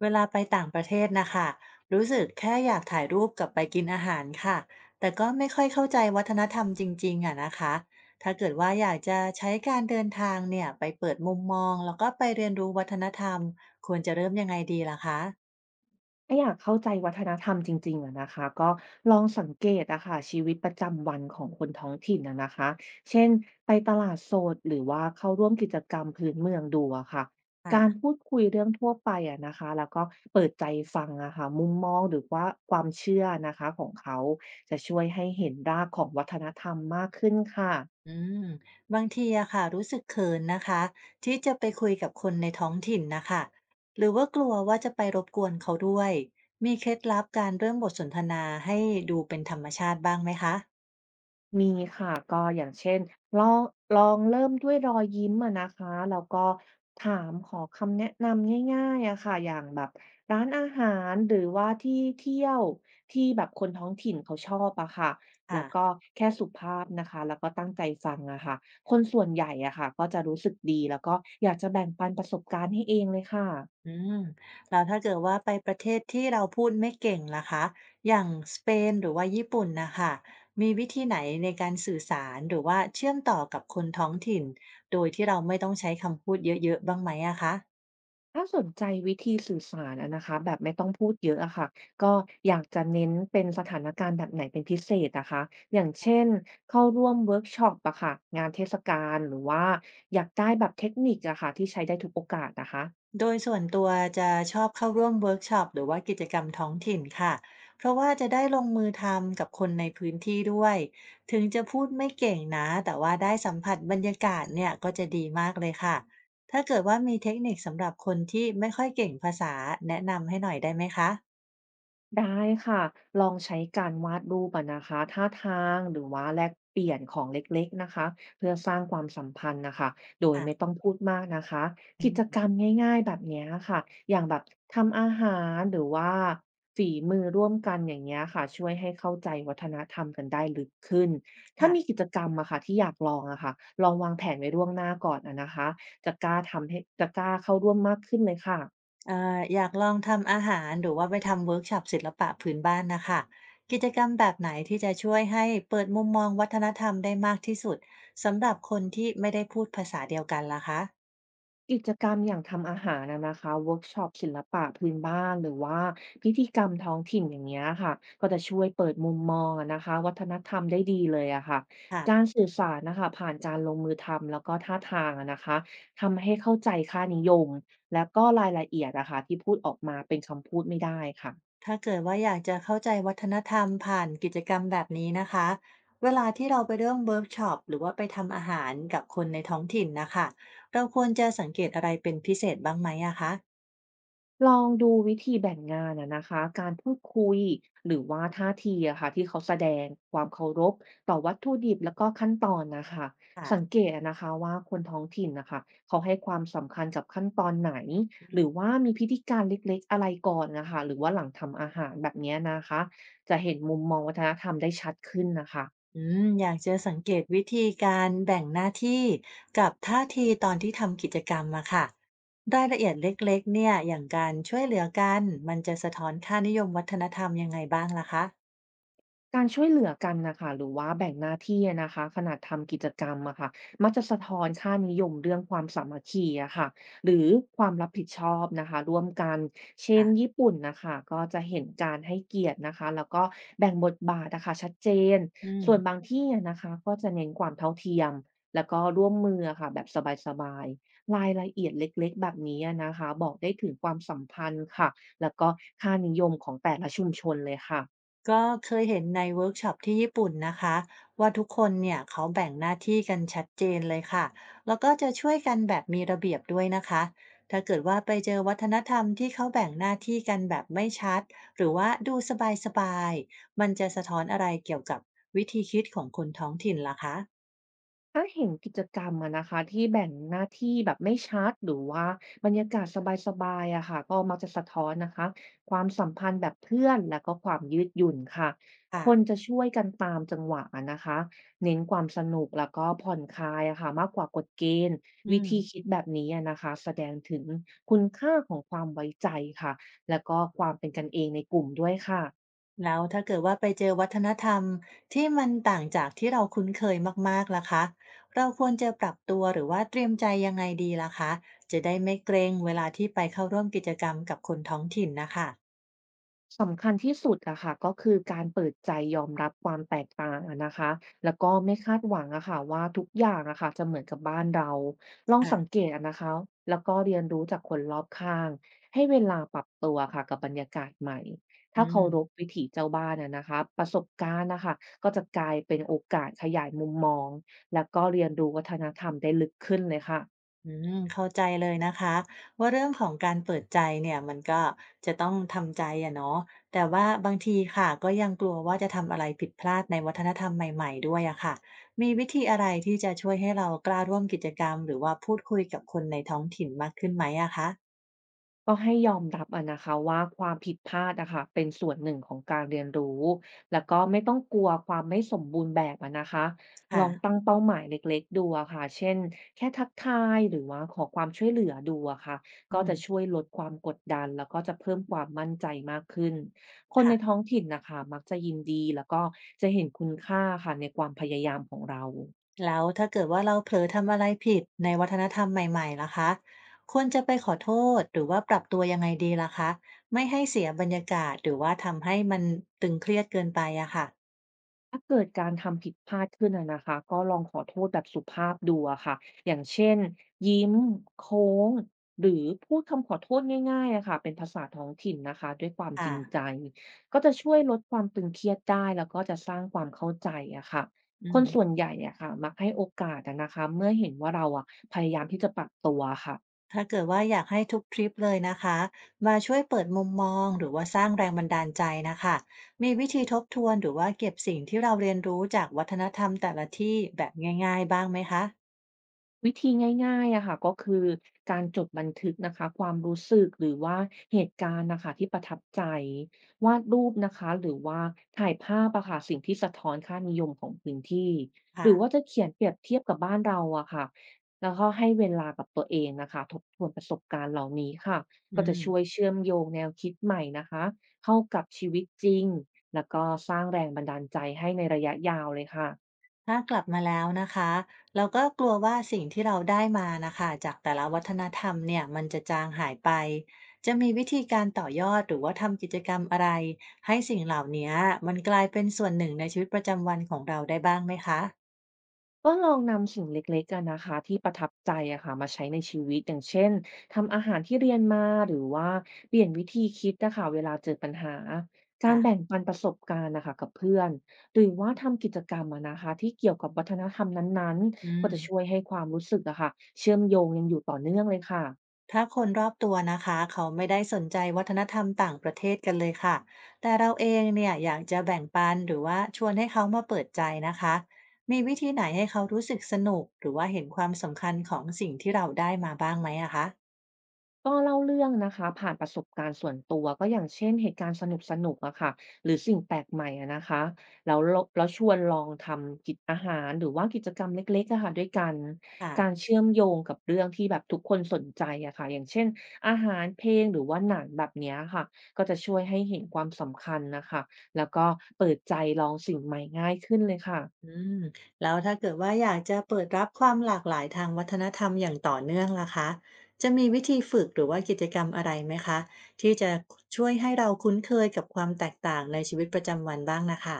เวลาไปต่างประเทศนะคะรู้สึกแค่อยากถ่ายรูปกับไปกินอาหารค่ะแต่ก็ไม่ค่อยเข้าใจวัฒนธรรมจริงๆอะนะคะถ้าเกิดว่าอยากจะใช้การเดินทางเนี่ยไปเปิดมุมมองแล้วก็ไปเรียนรู้วัฒนธรรมควรจะเริ่มยังไงดีล่ะคะถ้าอยากเข้าใจวัฒนธรรมจริงๆอะนะคะก็ลองสังเกตอะค่ะชีวิตประจำวันของคนท้องถิ่นอะนะคะเช่นไปตลาดสดหรือว่าเข้าร่วมกิจกรรมพื้นเมืองดูอะค่ะการค่ะพูดคุยเรื่องทั่วไปอะนะคะแล้วก็เปิดใจฟังอะค่ะมุมมองหรือว่าความเชื่อนะคะของเขาจะช่วยให้เห็นรากของวัฒนธรรมมากขึ้นค่ะ อืมบางทีอะค่ะรู้สึกเขินนะคะที่จะไปคุยกับคนในท้องถิ่นนะคะหรือว่ากลัวว่าจะไปรบกวนเขาด้วยมีเคล็ดลับการเริ่มบทสนทนาให้ดูเป็นธรรมชาติบ้างไหมคะมีค่ะก็อย่างเช่นลองลองเริ่มด้วยรอยยิ้มอะนะคะแล้วก็ถามขอคำแนะนำง่ายๆอะค่ะอย่างแบบร้านอาหารหรือว่าที่เที่ยวที่แบบคนท้องถิ่นเขาชอบอะค่ะแล้ค่ะ วก็แค่สุภาพนะคะแล้วก็ตั้งใจฟังอะค่ะคนส่วนใหญ่อะค่ะก็จะรู้สึกดีแล้วก็อยากจะแบ่งปันประสบการณ์ให้เองเลยค่ะ อืมแล้วถ้าเกิดว่าไปประเทศที่เราพูดไม่เก่งล่ะคะอย่างสเปนหรือว่าญี่ปุ่นนะคะมีวิธีไหนในการสื่อสารหรือว่าเชื่อมต่อกับคนท้องถิ่นโดยที่เราไม่ต้องใช้คำพูดเยอะๆบ้างไหมอะคะ ถ้าสนใจวิธีสื่อสารอะนะคะแบบไม่ต้องพูดเยอะอะค่ะก็อยากจะเน้นเป็นสถานการณ์แบบไหนเป็นพิเศษนะคะอย่างเช่นเข้าร่วมเวิร์กช็อปอะค่ะงานเทศกาลหรือว่าอยากได้แบบเทคนิคอะค่ะที่ใช้ได้ทุกโอกาสนะคะ โดยส่วนตัวจะชอบเข้าร่วมเวิร์กช็อปหรือว่ากิจกรรมท้องถิ่นค่ะ เพราะว่าจะได้ลงมือทำกับคนในพื้นที่ด้วย ถึงจะพูดไม่เก่งนะ แต่ว่าได้สัมผัสบรรยากาศเนี่ยก็จะดีมากเลยค่ะ ถ้าเกิดว่ามีเทคนิคสำหรับคนที่ไม่ค่อยเก่งภาษาแนะนำให้หน่อยได้ไหมคะได้ค่ะลองใช้การวาดรูปอะนะคะท่าทางหรือว่าแลกเปลี่ยนของเล็กๆนะคะเพื่อสร้างความสัมพันธ์นะคะโดยค่ะไม่ต้องพูดมากนะคะกิอืจมกรรมง่ายๆแบบเนี้ยค่ะอย่างแบบทำอาหารหรือว่าฝีมือร่วมกันอย่างเงี้ยค่ะช่วยให้เข้าใจวัฒนธรรมกันได้ลึกขึ้นถ้ามีกิค่ะ จกรรมอะค่ะที่อยากลองอะค่ะลองวางแผนไว้ล่วงหน้าก่อนอะนะคะจะกล้าทำให้จะกล้าเข้าร่วมมากขึ้นเลยค่ะ อยากลองทำอาหารหรือว่าไปทำเวิร์กช็อปศิลปะพื้นบ้านนะคะกิจกรรมแบบไหนที่จะช่วยให้เปิดมุมมองวัฒนธรรมได้มากที่สุดสำหรับคนที่ไม่ได้พูดภาษาเดียวกันล่ะคะกิจกรรมอย่างทำอาหารอะนะคะเวิร์กช็อปศิลปะพื้นบ้านหรือว่าพิธีกรรมท้องถิ่นอย่างเงี้ยค่ะก็จะช่วยเปิดมุมมองอะนะคะวัฒนธรรมได้ดีเลยอะค่ะค่ะการสื่อสารนะคะผ่านการลงมือทำแล้วก็ท่าทางอะนะคะทำให้เข้าใจค่านิยมและก็รายละเอียดนะคะที่พูดออกมาเป็นคำพูดไม่ได้ค่ะ ถ้าเกิดว่าอยากจะเข้าใจวัฒนธรรมผ่านกิจกรรมแบบนี้นะคะเวลาที่เราไปเรื่องเวิร์กช็อปหรือว่าไปทำอาหารกับคนในท้องถิ่นนะคะเราควรจะสังเกตอะไรเป็นพิเศษบ้างไหมอะคะลองดูวิธีแบ่งงานอะนะคะการพูดคุยหรือว่าท่าทีอะค่ะที่เขาแสดงความเคารพต่อวัตถุดิบแล้วก็ขั้นตอนนะคะค่ะ สังเกตอะนะคะว่าคนท้องถิ่นนะคะเขาให้ความสำคัญกับขั้นตอนไหนหรือว่ามีพิธีการเล็กๆอะไรก่อนนะคะหรือว่าหลังทำอาหารแบบเนี้ยนะคะจะเห็นมุมมองวัฒนธรรมได้ชัดขึ้นนะคะ อืมอยากจะสังเกตวิธีการแบ่งหน้าที่กับท่าทีตอนที่ทำกิจกรรมอะค่ะรายละเอียดเล็กๆเนี่ยอย่างการช่วยเหลือกันมันจะสะท้อนค่านิยมวัฒนธรรมยังไงบ้างล่ะคะการช่วยเหลือกันนะคะหรือว่าแบ่งหน้าที่อะนะคะขนาดทำกิจกรรมอะค่ะมักจะสะท้อนค่านิยมเรื่องความสามัคคีอะค่ะหรือความรับผิดชอบนะคะร่วมกันเช่นค่ะญี่ปุ่นนะคะก็จะเห็นการให้เกียรตินะคะแล้วก็แบ่งบทบาทนะคะชัดเจนอืส่วนบาม งที่อะนะคะก็จะเน้นความเท่าเทียมแล้วก็ร่วมมืออะค่ะแบบสบายๆรายละเอียดเล็กๆแบบนี้อะนะคะบอกได้ถึงความสัมพันธ์ค่ะแล้วก็ค่านิยมของแต่ละชุมชนเลยค่ะ ก็เคยเห็นในเวิร์กช็อปที่ญี่ปุ่นนะคะว่าทุกคนเนี่ยเขาแบ่งหน้าที่กันชัดเจนเลยค่ะแล้วก็จะช่วยกันแบบมีระเบียบด้วยนะคะถ้าเกิดว่าไปเจอวัฒนธรรมที่เขาแบ่งหน้าที่กันแบบไม่ชัดหรือว่าดูสบายๆมันจะสะท้อนอะไรเกี่ยวกับวิธีคิดของคนท้องถิ่นล่ะคะถ้าเห็นกิจกรรมอะนะคะที่แบ่งหน้าที่แบบไม่ชัดหรือว่าบรรยากาศสบายๆอะค่ะก็มักจะสะท้อนนะคะความสัมพันธ์แบบเพื่อนแล้วก็ความยืดหยุ่นค่ะค่ะคนจะช่วยกันตามจังหวะอะนะคะเน้นความสนุกแล้วก็ผ่อนคลายอะค่ะมากกว่ากฎเกณฑ์อืวิธีม คิดแบบนี้อะนะคะแสดงถึงคุณค่าของความไว้ใจค่ะแล้วก็ความเป็นกันเองในกลุ่มด้วยค่ะ แล้วถ้าเกิดว่าไปเจอวัฒนธรรมที่มันต่างจากที่เราคุ้นเคยมากๆล่ะคะเราควรจะปรับตัวหรือว่าเตรียมใจยังไงดีล่ะคะจะได้ไม่เกรงเวลาที่ไปเข้าร่วมกิจกรรมกับคนท้องถิ่นนะคะสำคัญที่สุดอะค่ะก็คือการเปิดใจยอมรับความแตกต่างอะนะคะแล้วก็ไม่คาดหวังอะค่ะว่าทุกอย่างอะค่ะจะเหมือนกับบ้านเราลองสังค่ะเกตอะนะคะแล้วก็เรียนรู้จากคนรอบข้างให้เวลาปรับตัวค่ะกับบรรยากาศใหม่อืถ้าเคารพม วิถีเจ้าบ้านอะนะคะประสบการณ์นะคะก็จะกลายเป็นโอกาสขยายมุมมองแล้วก็เรียนรู้วัฒนธรรมได้ลึกขึ้นเลยค่ะ อืมเข้าใจเลยนะคะว่าเรื่องของการเปิดใจเนี่ยมันก็จะต้องทำใจอะเนาะแต่ว่าบางทีค่ะก็ยังกลัวว่าจะทำอะไรผิดพลาดในวัฒนธรรมใหม่ๆด้วยอะค่ะมีวิธีอะไรที่จะช่วยให้เรากล้าร่วมกิจกรรมหรือว่าพูดคุยกับคนในท้องถิ่นมากขึ้นไหมอะคะก็ให้ยอมรับอะนะคะว่าความผิดพลาดอะค่ะเป็นส่วนหนึ่งของการเรียนรู้แล้วก็ไม่ต้องกลัวความไม่สมบูรณ์แบบอะนะคะลองค่ะตั้งเป้าหมายเล็กๆดูอะค่ะเช่นแค่ทักทายหรือว่าขอความช่วยเหลือดูอะค่ะอืก็มจะช่วยลดความกดดันแล้วก็จะเพิ่มความมั่นใจมากขึ้นคนในท้ค่ะ องถิ่นน่ะคะมักจะยินดีแล้วก็จะเห็นคุณค่าค่ะในความพยายามของเรา แล้วถ้าเกิดว่าเราเผลอทำอะไรผิดในวัฒนธรรมใหม่ๆล่ะคะควรจะไปขอโทษหรือว่าปรับตัวยังไงดีล่ะคะไม่ให้เสียบรรยากาศหรือว่าทำให้มันตึงเครียดเกินไปอะค่ะถ้าเกิดการทำผิดพลาดขึ้นอะนะคะก็ลองขอโทษแบบสุภาพดูอะค่ะอย่างเช่นยิ้มโค้งหรือพูดคำขอโทษง่ายๆอะค่ะเป็นภาษาท้องถิ่นนะคะด้วยความจค่ะริงใจก็จะช่วยลดความตึงเครียดได้แล้วก็จะสร้างความเข้าใจอะค่ะอืคมนส่วนใหญ่อะค่ะมักให้โอกาสอะนะคะเมื่อเห็นว่าเราอะพยายามที่จะปรับตัวค่ะ ถ้าเกิดว่าอยากให้ทุกทริปเลยนะคะมาช่วยเปิดมุมมองหรือว่าสร้างแรงบันดาลใจนะคะมีวิธีทบทวนหรือว่าเก็บสิ่งที่เราเรียนรู้จากวัฒนธรรมแต่ละที่แบบง่ายๆบ้างไหมคะวิธีง่ายๆอะค่ะก็คือการจดบันทึกนะคะความรู้สึกหรือว่าเหตุการณ์นะคะที่ประทับใจวาดรูปนะคะหรือว่าถ่ายภาพอะค่ะสิ่งที่สะท้อนค่านิยมของพื้นที่หรือค่ะว่าจะเขียนเปรียบเทียบกับบ้านเราอะค่ะแล้วก็ให้เวลากับตัวเองนะคะทบทวนประสบการณ์เหล่านี้ค่ะก็อืจะม ช่วยเชื่อมโยงแนวคิดใหม่นะคะเข้ากับชีวิตจริงแล้วก็สร้างแรงบันดาลใจให้ในระยะยาวเลยค่ะ ถ้ากลับมาแล้วนะคะเราก็กลัวว่าสิ่งที่เราได้มานะคะจากแต่ละวัฒนธรรมเนี่ยมันจะจางหายไปจะมีวิธีการต่อยอดหรือว่าทำกิจกรรมอะไรให้สิ่งเหล่านี้มันกลายเป็นส่วนหนึ่งในชีวิตประจำวันของเราได้บ้างไหมคะก็ลองนำสิ่งเล็กๆกันนะคะที่ประทับใจอะค่ะมาใช้ในชีวิตอย่างเช่นทำอาหารที่เรียนมาหรือว่าเปลี่ยนวิธีคิดนะคะเวลาเจอปัญหาการค่ะแบ่งปันประสบการณ์นะคะกับเพื่อนหรือว่าทำกิจกรรมอะนะคะที่เกี่ยวกับวัฒนธรรมนั้นอืๆก็ม จะช่วยให้ความรู้สึกอะค่ะเชื่อมโยงยังอยู่ต่อเนื่องเลยค่ะ ถ้าคนรอบตัวนะคะเขาไม่ได้สนใจวัฒนธรรมต่างประเทศกันเลยค่ะแต่เราเองเนี่ยอยากจะแบ่งปันหรือว่าชวนให้เขามาเปิดใจนะคะมีวิธีไหนให้เขารู้สึกสนุกหรือว่าเห็นความสำคัญของสิ่งที่เราได้มาบ้างไหมอะคะก็เล่าเรื่องนะคะผ่านประสบการณ์ส่วนตัวก็อย่างเช่นเหตุการณ์สนุกๆอะค่ะหรือสิ่งแปลกใหม่อะนะคะแล้วลแล้วชวนลองทำกิจอาหารหรือว่ากิจกรรมเล็กๆอะค่ะด้วยกันการค่ะเชื่อมโยงกับเรื่องที่แบบทุกคนสนใจอะค่ะอย่างเช่นอาหารเพลงหรือว่าหนังแบบเนี้ยค่ะก็จะช่วยให้เห็นความสำคัญนะคะแล้วก็เปิดใจลองสิ่งใหม่ง่ายขึ้นเลยค่ะ อืมแล้วถ้าเกิดว่าอยากจะเปิดรับความหลากหลายทางวัฒนธรรมอย่างต่อเนื่องล่ะคะจะมีวิธีฝึกหรือว่ากิจกรรมอะไรไหมคะที่จะช่วยให้เราคุ้นเคยกับความแตกต่างในชีวิตประจำวันบ้างนะคะ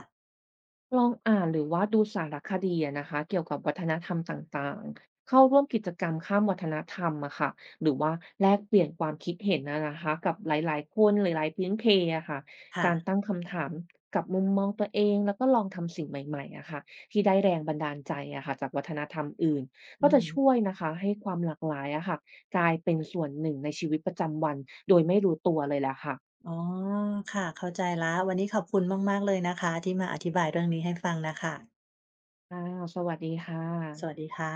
ลองอ่านหรือว่าดูสารคดีอะนะคะเกี่ยวกับวัฒนธรรมต่างๆเข้าร่วมกิจกรรมข้ามวัฒนธรรมอะค่ะหรือว่าแลกเปลี่ยนความคิดเห็นนะคะกับหลายๆคนหลายๆพื้นเพอะค่ะค่ะการตั้งคำถามกับมุมมองตัวเองแล้วก็ลองทำสิ่งใหม่ๆอะค่ะที่ได้แรงบันดาลใจอะค่ะจากวัฒนธรรมอื่นอืก็จะช่วยม นะคะให้ความหลากหลายอะค่ะกลายเป็นส่วนหนึ่งในชีวิตประจำวันโดยไม่รู้ตัวเลยแหละค่ะอ๋อค่ะ เข้าใจแล้ว วันนี้ขอบคุณมากๆเลยนะคะที่มาอธิบายเรื่องนี้ให้ฟังน่ะค่ะอ่าสวัสดีค่ะสวัสดีค่ะ